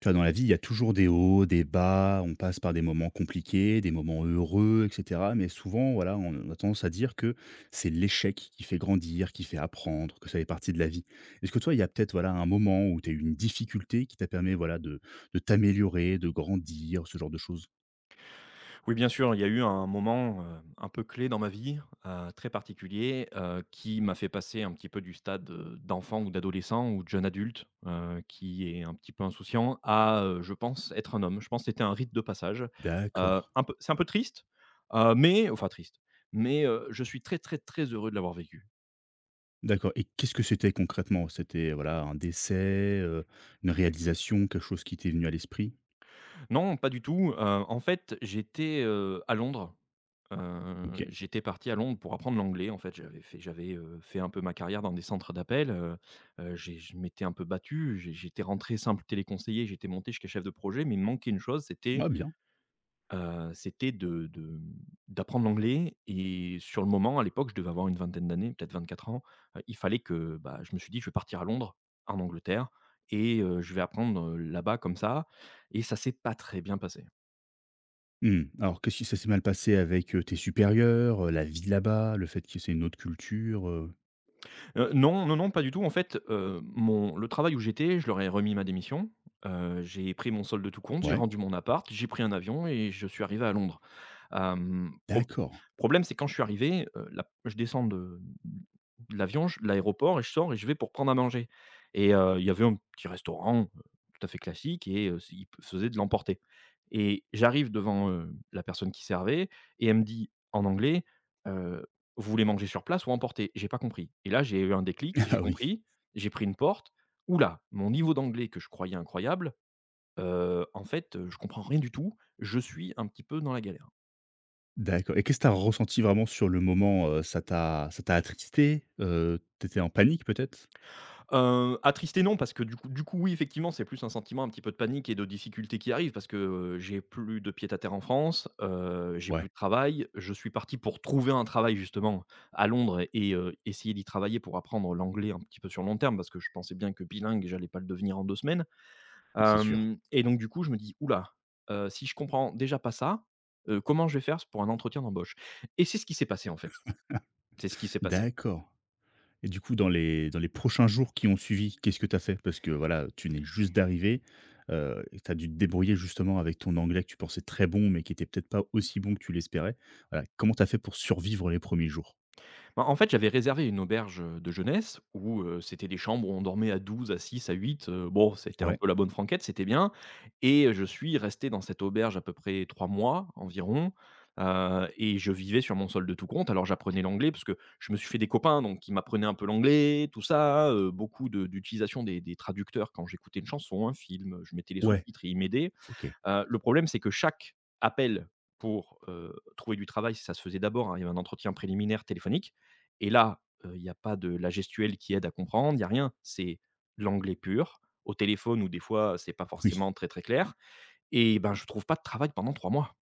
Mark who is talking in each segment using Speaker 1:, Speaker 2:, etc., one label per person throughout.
Speaker 1: Tu vois, dans la vie, il y a toujours des hauts, des bas, on passe par des moments compliqués, des moments heureux, et cetera. Mais souvent, voilà, on a tendance à dire que c'est l'échec qui fait grandir, qui fait apprendre, que ça fait partie de la vie. Est-ce que toi, il y a peut-être voilà, un moment où tu as eu une difficulté qui t'a permis voilà, de t'améliorer, de grandir, ce genre de choses?
Speaker 2: Oui, bien sûr, il y a eu un moment, un peu clé dans ma vie, très particulier, qui m'a fait passer un petit peu du stade, d'enfant ou d'adolescent ou de jeune adulte, qui est un petit peu insouciant à, je pense, être un homme. Je pense que c'était un rite de passage,
Speaker 1: D'accord.
Speaker 2: un peu c'est un peu triste, mais enfin triste, mais je suis très, très, très heureux de l'avoir vécu.
Speaker 1: D'accord. Et qu'est-ce que c'était concrètement? C'était voilà, un décès, une réalisation, quelque chose qui t'est venu à l'esprit?
Speaker 2: Non, pas du tout. En fait, j'étais, à Londres. Heu,
Speaker 1: Ok.
Speaker 2: j'étais parti à Londres pour apprendre l'anglais. En fait, j'avais, fait un peu ma carrière dans des centres d'appel, j'ai je m'étais un peu battu. J'étais rentré simple téléconseiller, j'étais monté jusqu'à chef de projet, mais il me manquait une chose,
Speaker 1: Ah, bien.
Speaker 2: c'était d'apprendre l'anglais et sur le moment, à l'époque, je devais avoir une vingtaine d'années, peut-être 24 ans, il fallait que, bah, je me suis dit: «Je vais partir à Londres, en Angleterre et je vais apprendre, là-bas comme ça», et ça s'est pas très bien passé.
Speaker 1: Mmh. Alors, qu'est-ce qui ça s'est mal passé avec, tes supérieurs, la vie là-bas, le fait que c'est une autre culture,
Speaker 2: Non, non, non, pas du tout. En fait, mon le travail où j'étais, je leur ai remis ma démission. J'ai pris mon solde de tout compte, j'ai
Speaker 1: Ouais,
Speaker 2: rendu mon appart, j'ai pris un avion et je suis arrivé à Londres. Hem, prob
Speaker 1: d'accord.
Speaker 2: problème, c'est quand je suis arrivé, la je descends de l'avion, je de l'aéroport et je sors et je vais pour prendre à manger et il y avait un petit restaurant, tout à fait classique et c ils de l'emporter, et j'arrive devant, la personne qui servait et elle me dit en anglais, euh, vous voulez manger sur place ou emporter? J'ai pas compris et là, j'ai eu un déclic, j'ai
Speaker 1: Ah oui,
Speaker 2: compris, j'ai pris une porte. Oula, mon niveau d'anglais que je croyais incroyable, en fait, je comprends rien du tout, je suis un petit peu dans la galère.
Speaker 1: d'accord. Et qu'est-ce que tu as ressenti vraiment sur le moment, Ça t'a attristé? Tu en panique peut-être?
Speaker 2: Attristé non, parce que du coup, oui, effectivement, c'est plus un sentiment un petit peu de panique et de difficulté qui arrive parce que, j'ai plus de pied à terre en France, j'ai plus
Speaker 1: Ouais,
Speaker 2: de travail. Je suis parti pour trouver un travail justement à Londres et essayer d'y travailler pour apprendre l'anglais un petit peu sur long terme parce que je pensais bien que bilingue, j'allais pas le devenir en 2 semaines.
Speaker 1: c'est sûr.
Speaker 2: Hem et donc du coup, je me dis: oula, là, si je comprends déjà pas ça, comment je vais faire pour un entretien d'embauche? Et c'est ce qui s'est passé en fait. C'est ce qui s'est passé.
Speaker 1: D'accord. Et du coup, dans les prochains jours qui ont suivi, qu'est-ce que tu as fait? Parce que voilà, tu n'es juste d'arriver, tu as dû te débrouiller justement avec ton anglais que tu pensais très bon, mais qui était peut-être pas aussi bon que tu l'espérais. Voilà, comment tu as fait pour survivre les premiers jours?
Speaker 2: Bah, en fait, j'avais réservé une auberge de jeunesse où, c'était des chambres où on dormait à 12, à 6, à 8. Bon, c'était un
Speaker 1: Ouais.
Speaker 2: peu la bonne franquette, c'était bien, et je suis resté dans cette auberge à peu près 3 mois environ, et je vivais sur mon solde de tout compte. Alors, j'apprenais l'anglais parce que je me suis fait des copains donc qui m'apprenaient un peu l'anglais, tout ça, beaucoup de d'utilisation des traducteurs quand j'écoutais une chanson, un film, je mettais les
Speaker 1: Ouais.
Speaker 2: sous-titres et ils m'aidaient.
Speaker 1: OK.
Speaker 2: Le problème, c'est que chaque appel pour, trouver du travail, ça se faisait d'abord, hein, il y avait un entretien préliminaire téléphonique et là, il n'y a pas de la gestuelle qui aide à comprendre, il n'y a rien. C'est l'anglais pur, au téléphone où des fois, c'est pas
Speaker 1: Oui.
Speaker 2: forcément très, très clair, et ben, je trouve pas de travail pendant 3 mois.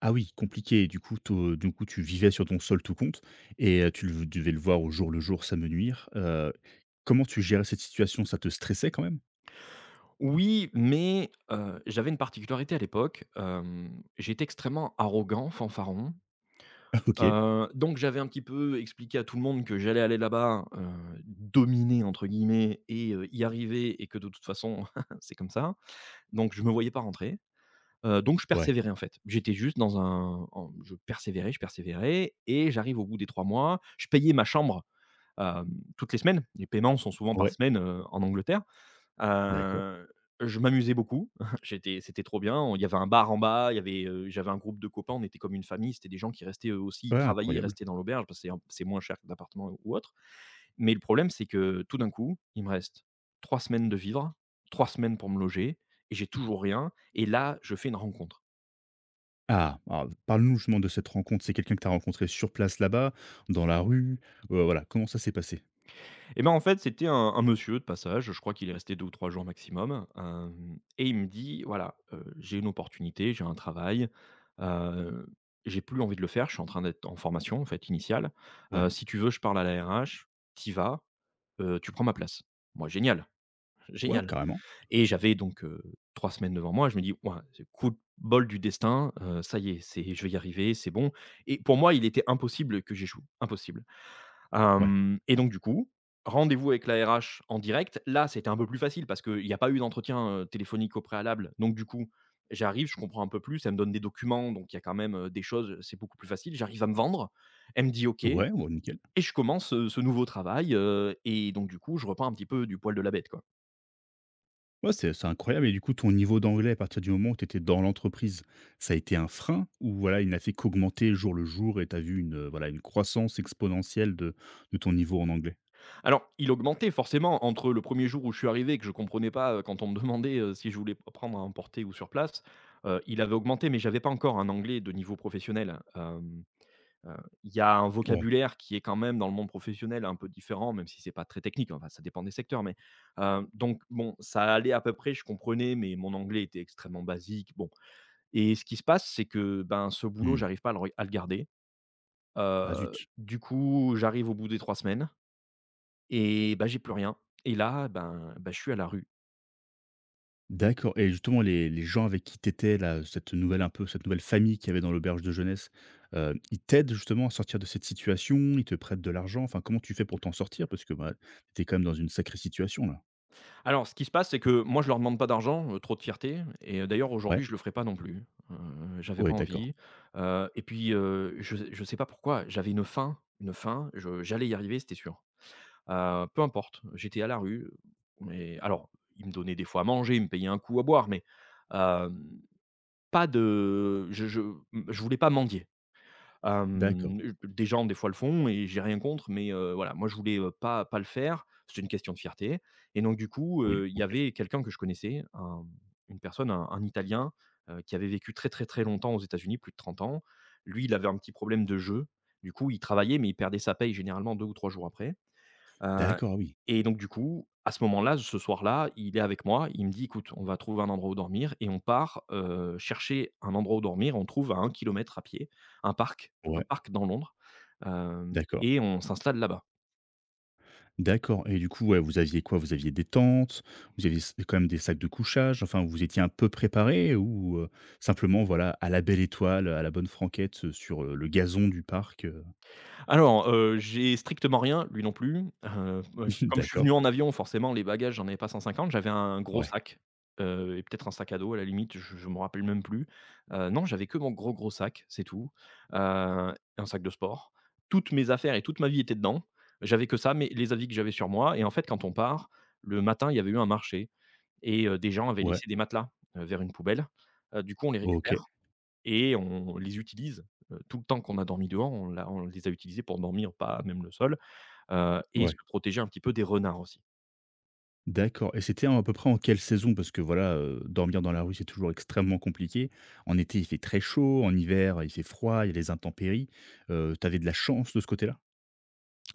Speaker 1: Ah oui, compliqué. Du coup, tu vivais sur ton sol tout compte et tu le devais le voir au jour le jour, ça me nuire. Comment tu gérais cette situation? Ça te stressait quand même?
Speaker 2: Oui, mais j'avais une particularité à l'époque, j'étais extrêmement arrogant, fanfaron.
Speaker 1: OK.
Speaker 2: Donc j'avais un petit peu expliqué à tout le monde que j'allais aller là-bas, «dominer» entre guillemets et y arriver, et que de toute façon c'est comme ça. Donc je me voyais pas rentrer, donc je
Speaker 1: Ouais.
Speaker 2: persévérais en fait. J'étais juste dans un en je persévérais et j'arrive au bout des 3 mois, je payais ma chambre, hem, toutes les semaines. Les paiements sont souvent par
Speaker 1: Ouais.
Speaker 2: semaine, en Angleterre.
Speaker 1: D'accord.
Speaker 2: Heu, je m'amusais beaucoup, j'étais c'était trop bien, on il y avait un bar en bas, il y avait, j'avais un groupe de copains, on était comme une famille, c'était des gens qui restaient eux aussi, ils
Speaker 1: Ouais,
Speaker 2: travaillaient, ils
Speaker 1: incroyable.
Speaker 2: restaient dans l'auberge parce que c'est moins cher que l'appartement ou autre. Mais le problème, c'est que tout d'un coup, il me reste 3 semaines de vivre, 3 semaines pour me loger et j'ai toujours rien et là, je fais une rencontre.
Speaker 1: Ah! Alors parle-nous justement de cette rencontre. C'est quelqu'un que tu as rencontré sur place là-bas, dans la rue? Voilà, comment ça s'est passé?
Speaker 2: Et ben, en fait, c'était un monsieur de passage, je crois qu'il est resté 2 ou 3 jours maximum, hem et il me dit: «Voilà, j'ai une opportunité, j'ai un travail, heu, j'ai plus envie de le faire, je suis en train d'être en formation, en fait, initiale,
Speaker 1: Ouais.
Speaker 2: si tu veux, je parle à la RH, tu y vas, tu prends ma place». Moi, génial,
Speaker 1: Ouais,
Speaker 2: génial,
Speaker 1: carrément.
Speaker 2: et j'avais donc, trois semaines devant moi, je me dis: «Ouah, c'est coup de bol du destin, ça y est, c'est je vais y arriver, c'est bon» et pour moi, il était impossible que j'échoue, impossible.
Speaker 1: Ouais.
Speaker 2: Hem et donc du coup, rendez-vous avec la RH en direct. Là, c'était un peu plus facile parce qu'il n'y a pas eu d'entretien, téléphonique au préalable. Donc du coup, j'arrive, je comprends un peu plus, elle me donne des documents, donc il y a quand même, des choses, c'est beaucoup plus facile. J'arrive à me vendre, elle me dit: «OK»,
Speaker 1: Ouais, ouais, nickel.
Speaker 2: et je commence, ce nouveau travail, et donc du coup, je repars un petit peu du poil de la bête, quoi.
Speaker 1: Ouais, c'est incroyable. Et du coup, ton niveau d'anglais à partir du moment où tu étais dans l'entreprise, ça a été un frein ou voilà, il n'a fait qu'augmenter jour le jour et tu as vu une, voilà, une croissance exponentielle de ton niveau en anglais?
Speaker 2: Alors, il augmentait forcément entre le premier jour où je suis arrivé et que je comprenais pas, quand on me demandait, si je voulais p prendre à emporter ou sur place, il avait augmenté mais j'avais pas encore un anglais de niveau professionnel. Hem Heu, il y a un
Speaker 1: Ouais.
Speaker 2: vocabulaire qui est quand même dans le monde professionnel un peu différent, même si c'est pas très technique, enfin ça dépend des secteurs, mais donc bon, ça allait à peu près, je comprenais, mais mon anglais était extrêmement basique, bon, et ce qui se passe, c'est que, ben, ce boulot,
Speaker 1: Mmh.
Speaker 2: j'arrive pas à le garder.
Speaker 1: Ah
Speaker 2: Heu,
Speaker 1: zut!
Speaker 2: du coup, j'arrive au bout des 3 semaines et ben j'ai plus rien et là, ben, je suis à la rue.
Speaker 1: D'accord. Et justement les gens avec qui t'étais là, cette nouvelle un peu cette nouvelle famille qu'il y avait dans l'auberge de jeunesse, ils t'aident justement à sortir de cette situation? Ils te prêtent de l'argent? Enfin, comment tu fais pour t'en sortir? Parce que, bah, tu quand même dans une sacrée situation là.
Speaker 2: Alors, ce qui se passe, c'est que moi, je leur demande pas d'argent, trop de fierté, et d'ailleurs,
Speaker 1: Ouais,
Speaker 2: aujourd'hui, je le ferai pas non plus. Heu, j'avais pas
Speaker 1: ouais d'accord.
Speaker 2: envie, et puis, je sais pas pourquoi, j'avais une faim, je j'allais y arriver, c'était sûr. Peu importe, j'étais à la rue, mais alors, ils me donnaient des fois à manger, ils me payaient un coup à boire, mais, hem, pas de je, mmh, je voulais pas mendier.
Speaker 1: D'accord.
Speaker 2: Des gens, des fois, le font et j'ai rien contre, mais voilà, moi, je voulais, pas le faire. C'était une question de fierté, et donc du coup,
Speaker 1: Oui,
Speaker 2: il y
Speaker 1: OK.
Speaker 2: avait quelqu'un que je connaissais, un une personne, un Italien, qui avait vécu très, très, très longtemps aux États-Unis, plus de 30 ans. Lui, il avait un petit problème de jeu. Du coup, il travaillait, mais il perdait sa paye généralement 2 ou 3 jours après. Heu
Speaker 1: D'accord, ah oui.
Speaker 2: et donc du coup, à ce moment-là, ce soir-là, il est avec moi, il me dit: «Écoute, on va trouver un endroit où dormir», et on part, chercher un endroit où dormir. On trouve à 1 kilomètre à pied,
Speaker 1: Ouais,
Speaker 2: un parc dans Londres, hem
Speaker 1: d'accord.
Speaker 2: et on s'installe là-bas.
Speaker 1: D'accord. Et du coup, ouais, vous aviez quoi? Vous aviez des tentes? Vous aviez s quand même des sacs de couchage? Enfin, vous étiez un peu préparés ou, simplement, voilà, à la belle étoile, à la bonne franquette, sur, le gazon du parc,
Speaker 2: Alors, j'ai strictement rien, lui non plus. Ouais, comme je suis
Speaker 1: D'accord.
Speaker 2: venu en avion, forcément, les bagages, j'en avais pas 150. J'avais un gros
Speaker 1: Ouais.
Speaker 2: sac, et peut-être un sac à dos, à la limite, je me rappelle même plus. Non, j'avais que mon gros, gros sac, c'est tout. Un sac de sport. Toutes mes affaires et toute ma vie étaient dedans. J'avais que ça, mais les habits que j'avais sur moi, et en fait, quand on part, le matin, il y avait eu un marché et des gens avaient
Speaker 1: Ouais.
Speaker 2: laissé des matelas, vers une poubelle. Du coup, on les
Speaker 1: OK.
Speaker 2: récupère et on les utilise, tout le temps qu'on a dormi dehors, on les a utilisés pour dormir, pas même le sol, et se
Speaker 1: Ouais.
Speaker 2: protéger un petit peu des renards aussi.
Speaker 1: D'accord. Et c'était en à peu près en quelle saison? Parce que voilà, dormir dans la rue, c'est toujours extrêmement compliqué. En été, il fait très chaud, en hiver, il fait froid, il y a les intempéries. Tu de la chance de ce côté-là?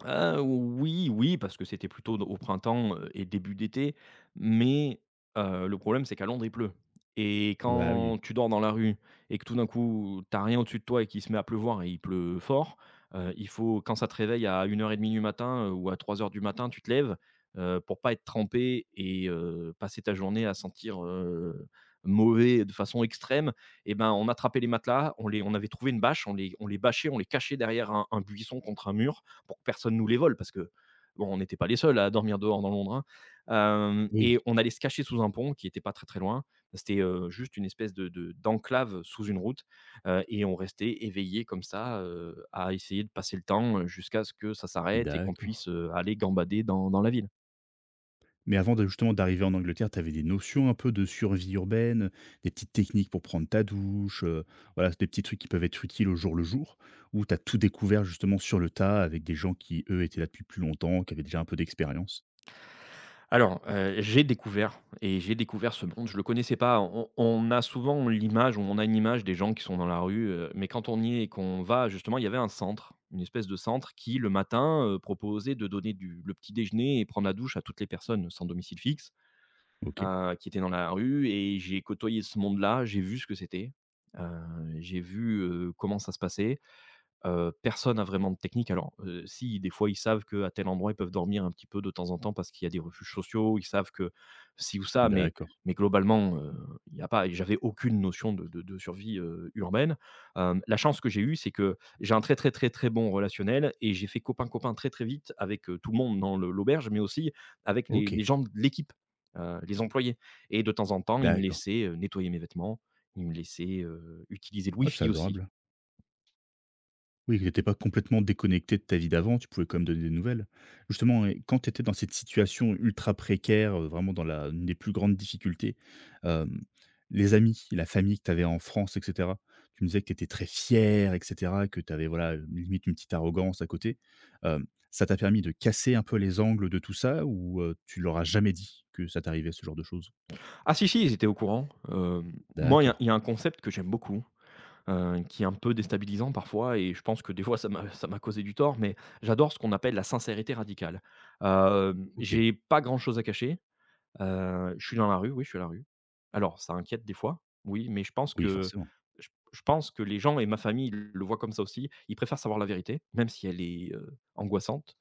Speaker 2: Oui, oui, parce que c'était plutôt au printemps, et début d'été, mais le problème, c'est qu'à Londres, il pleut, et
Speaker 1: Bah, oui,
Speaker 2: quand
Speaker 1: oui.
Speaker 2: tu dors dans la rue et que tout d'un coup, t'as rien au-dessus de toi et qu'il se met à pleuvoir et il pleut fort, il faut, quand ça te réveille à 1h30 du matin, ou à 3 heures du matin, tu te lèves, pour pas être trempé et passer ta journée à sentir, mauvais de façon extrême. Et ben, on attrapait les matelas, on avait trouvé une bâche, on les bâchait, on les cachait derrière un buisson contre un mur pour que personne nous les vole, parce que bon, on n'était pas les seuls à dormir dehors dans Londres, hein.
Speaker 1: Oui,
Speaker 2: Et on allait se cacher sous un pont qui n'était pas très très loin. C'était juste une espèce d'enclave sous une route. Et on restait éveillé comme ça, à essayer de passer le temps, jusqu'à ce que ça s'arrête et qu'on
Speaker 1: d'accord.
Speaker 2: puisse, aller gambader dans la ville.
Speaker 1: Mais avant de justement d'arriver en Angleterre, t'avais des notions un peu de survie urbaine, des petites techniques pour prendre ta douche, voilà, des petits trucs qui peuvent être utiles au jour le jour? Ou t'as tout découvert justement sur le tas avec des gens qui, eux, étaient là depuis plus longtemps, qui avaient déjà un peu d'expérience?
Speaker 2: Alors, j'ai découvert ce monde, je le connaissais pas. On a souvent l'image, ou on a une image des gens qui sont dans la rue, mais quand on y est et qu'on va justement, il y avait un centre, une espèce de centre qui le matin, proposait de donner du le petit déjeuner et prendre la douche à toutes les personnes sans domicile fixe,
Speaker 1: OK,
Speaker 2: qui étaient dans la rue, et j'ai côtoyé ce monde-là, j'ai vu ce que c'était, heu, j'ai vu, comment ça se passait. Personne a vraiment de technique. Alors, si, des fois, ils savent qu'à tel endroit, ils peuvent dormir un petit peu de temps en temps parce qu'il y a des refuges sociaux. Ils savent que si ou ça, mais
Speaker 1: d'accord.
Speaker 2: globalement, il y a pas j'avais aucune notion de survie, urbaine. La chance que j'ai eue, c'est que j'ai un très, très, très, très bon relationnel, et j'ai fait copain, copain très, très vite avec, tout le monde dans le l'auberge, mais aussi avec les
Speaker 1: OK,
Speaker 2: gens de l'équipe, les employés, et de temps en temps, ils me
Speaker 1: d'accord.
Speaker 2: laissaient, nettoyer mes vêtements. Ils me laissaient, utiliser le
Speaker 1: Ouais, c'est
Speaker 2: Wi-Fi aussi.
Speaker 1: adorable. Oui, tu étais pas complètement déconnecté de ta vie d'avant, tu pouvais quand même donner des nouvelles. Justement, et quand tu étais dans cette situation ultra précaire, vraiment dans la une des plus grandes difficultés, hem, les amis, la famille que tu avais en France et cetera, tu me disais que tu étais très fier et cetera, que tu avais, voilà, limite une petite arrogance à côté. Hem, ça t'a permis de casser un peu les angles de tout ça ou, tu leur as jamais dit que ça t'arrivait, ce genre de choses?
Speaker 2: Ah si, si, ils étaient au courant. Moi, il y a
Speaker 1: D'accord,
Speaker 2: il y a un concept que j'aime beaucoup, qui est un peu déstabilisant parfois, et je pense que des fois ça m'a causé du tort, mais j'adore ce qu'on appelle la sincérité radicale.
Speaker 1: OK.
Speaker 2: J'ai pas grand chose à cacher, je suis dans la rue, oui, je suis à la rue. Alors ça inquiète des fois, oui, mais je pense
Speaker 1: Oui,
Speaker 2: que
Speaker 1: forcément.
Speaker 2: je pense que les gens et ma famille le voient comme ça aussi. Ils préfèrent savoir la vérité, même si elle est, angoissante,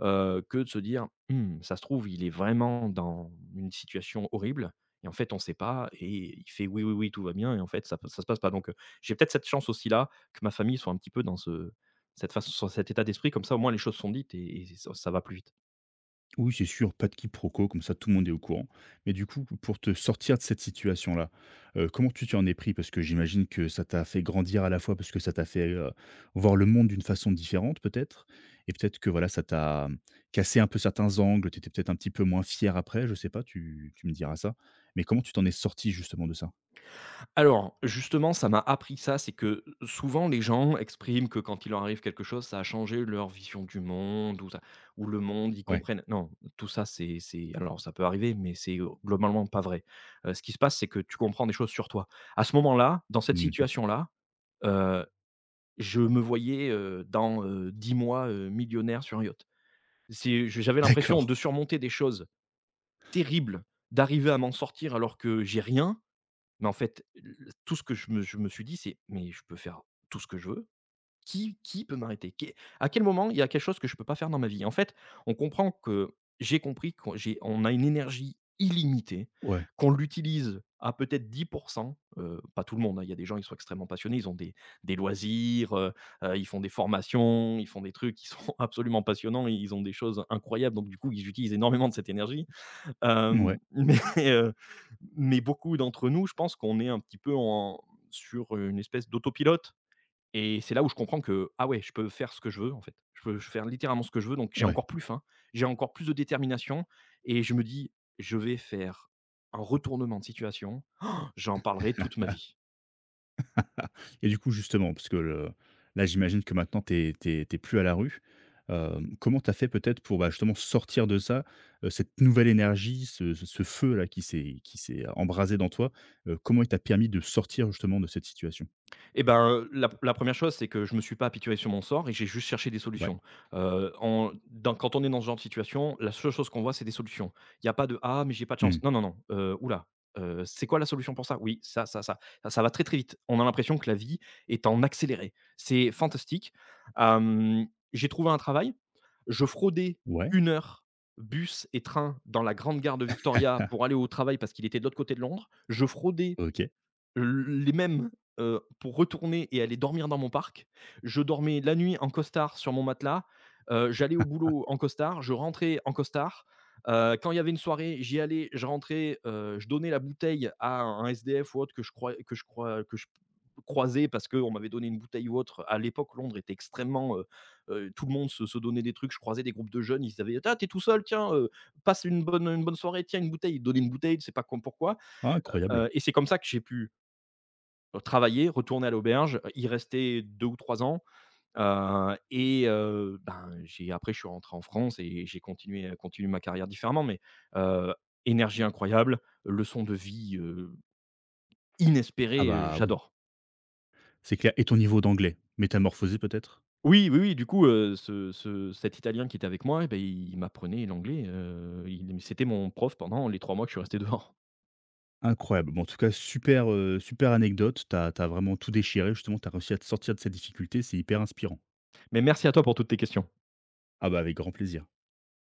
Speaker 2: que de se dire: «Mmh, ça se trouve, il est vraiment dans une situation horrible, et en fait, on ne sait pas et il fait oui, oui, oui, tout va bien et en fait, ça p se passe pas». Donc, j'ai peut-être cette chance aussi là, que ma famille soit un petit peu dans ce cette façon sur cet état d'esprit, comme ça, au moins les choses sont dites et ça va plus vite.
Speaker 1: Oui, c'est sûr, pas de quiproquo, comme ça tout le monde est au courant. Mais du coup, pour te sortir de cette situation-là, comment tu t'en es pris? Parce que j'imagine que ça t'a fait grandir à la fois, parce que ça t'a fait voir le monde d'une façon différente, peut-être. Et peut-être que voilà, ça t'a cassé un peu certains angles, tu étais peut-être un petit peu moins fier après, je sais pas, tu me diras ça. Mais comment tu t'en es sorti justement de ça?
Speaker 2: Alors, justement, ça m'a appris ça, c'est que souvent les gens expriment que quand il leur arrive quelque chose, ça a changé leur vision du monde, ou ou le monde, ils
Speaker 1: Ouais.
Speaker 2: comprennent. Non, tout ça, c'est, alors ça peut arriver, mais c'est globalement pas vrai. Ce qui se passe, c'est que tu comprends des choses sur toi. À ce moment-là, dans cette
Speaker 1: Mhm.
Speaker 2: situation-là, euh, je me voyais dans 10 mois, millionnaire sur un yacht. J'avais l'impression
Speaker 1: D'accord.
Speaker 2: de surmonter des choses terribles, d'arriver à m'en sortir alors que j'ai rien, mais en fait, l tout ce que je me suis dit, c'est: «Mais je peux faire tout ce que je veux. Qui peut m'arrêter? Qué À quel moment il y a quelque chose que je peux pas faire dans ma vie?» En fait, on comprend que j'ai compris qu'on j'ai on a une énergie illimitée,
Speaker 1: Ouais.
Speaker 2: qu'on l'utilise à peut-être 10, pas tout le monde, hein, il y a des gens, qui sont extrêmement passionnés, ils ont des loisirs, ils font des formations, ils font des trucs qui sont absolument passionnants, ils ont des choses incroyables, donc du coup, ils utilisent énormément de cette énergie.
Speaker 1: Ouais.
Speaker 2: Hem, mais heu, mais beaucoup d'entre nous, je pense qu'on est un petit peu en sur une espèce d'autopilote, et c'est là où je comprends que: «Ah ouais, je peux faire ce que je veux, en fait. Je peux faire littéralement ce que je veux». Donc j'ai
Speaker 1: Ouais.
Speaker 2: encore plus faim, j'ai encore plus de détermination, et je me dis: «Je vais faire un retournement de situation, j'en parlerai toute ma vie».
Speaker 1: Ah, et du coup, justement, parce que le là, j'imagine que maintenant tu es plus à la rue. Comment tu as fait peut-être pour, bah, justement sortir de ça, cette nouvelle énergie, ce feu-là qui s'est embrasé dans toi, comment il t'a permis de sortir justement de cette situation?
Speaker 2: Eh ben, la 1re chose, c'est que je me suis pas apitoyé sur mon sort et j'ai juste cherché des
Speaker 1: Ouais.
Speaker 2: solutions. En dans quand on est dans ce genre de situation, la seule chose qu'on voit, c'est des solutions. Il y a pas de: «Ah, mais j'ai pas de
Speaker 1: Mmh.
Speaker 2: chance». Non, non, non, «Ouh là, c'est quoi la solution pour ça?» «Oui, ça, ça, ça». Ça va très, très vite. On a l'impression que la vie est en accéléré. C'est fantastique. Hem, j'ai trouvé un travail. Je fraudais
Speaker 1: Ouais,
Speaker 2: une heure, bus et train, dans la grande gare de Victoria pour aller au travail parce qu'il était de l'autre côté de Londres. Je fraudais
Speaker 1: OK.
Speaker 2: L les mêmes, pour retourner et aller dormir dans mon parc. Je dormais la nuit en costard sur mon matelas, j'allais au boulot en costard, je rentrais en costard. Quand il y avait une soirée, j'y allais, je rentrais, je donnais la bouteille à un SDF ou autre que je crois que je croisais parce qu'on m'avait donné une bouteille ou autre. À l'époque, Londres était extrêmement, tout le monde se donnait des trucs. Je croisais des groupes de jeunes, ils avaient: «Ah, t'es tout seul, tiens, passe une bonne soirée, tiens une bouteille». Ils donnaient une bouteille, je sais pas com pourquoi.
Speaker 1: Ah incroyable.
Speaker 2: Heu et c'est comme ça que j'ai pu travailler, retourner à l'auberge, y rester 2 ou 3 ans, et ben, j'ai après je suis rentré en France, et j'ai continué ma carrière différemment, mais heu, énergie incroyable, leçon de vie,
Speaker 1: Ah
Speaker 2: inespérée,
Speaker 1: bah, oui,
Speaker 2: j'adore.
Speaker 1: c'est clair. Et ton niveau d'anglais? Métamorphosé peut-être?
Speaker 2: Oui, oui, oui, du coup, ce ce cet Italien qui était avec moi, et il m'apprenait l'anglais, il c'était mon prof pendant les 3 mois que je suis resté dehors.
Speaker 1: Incroyable. Bon, en tout cas, super, super anecdote. T'as as vraiment tout déchiré, justement. T'as réussi à te sortir de cette difficulté, c'est hyper inspirant.
Speaker 2: Mais merci à toi pour toutes tes questions.
Speaker 1: Ah bah, avec grand plaisir.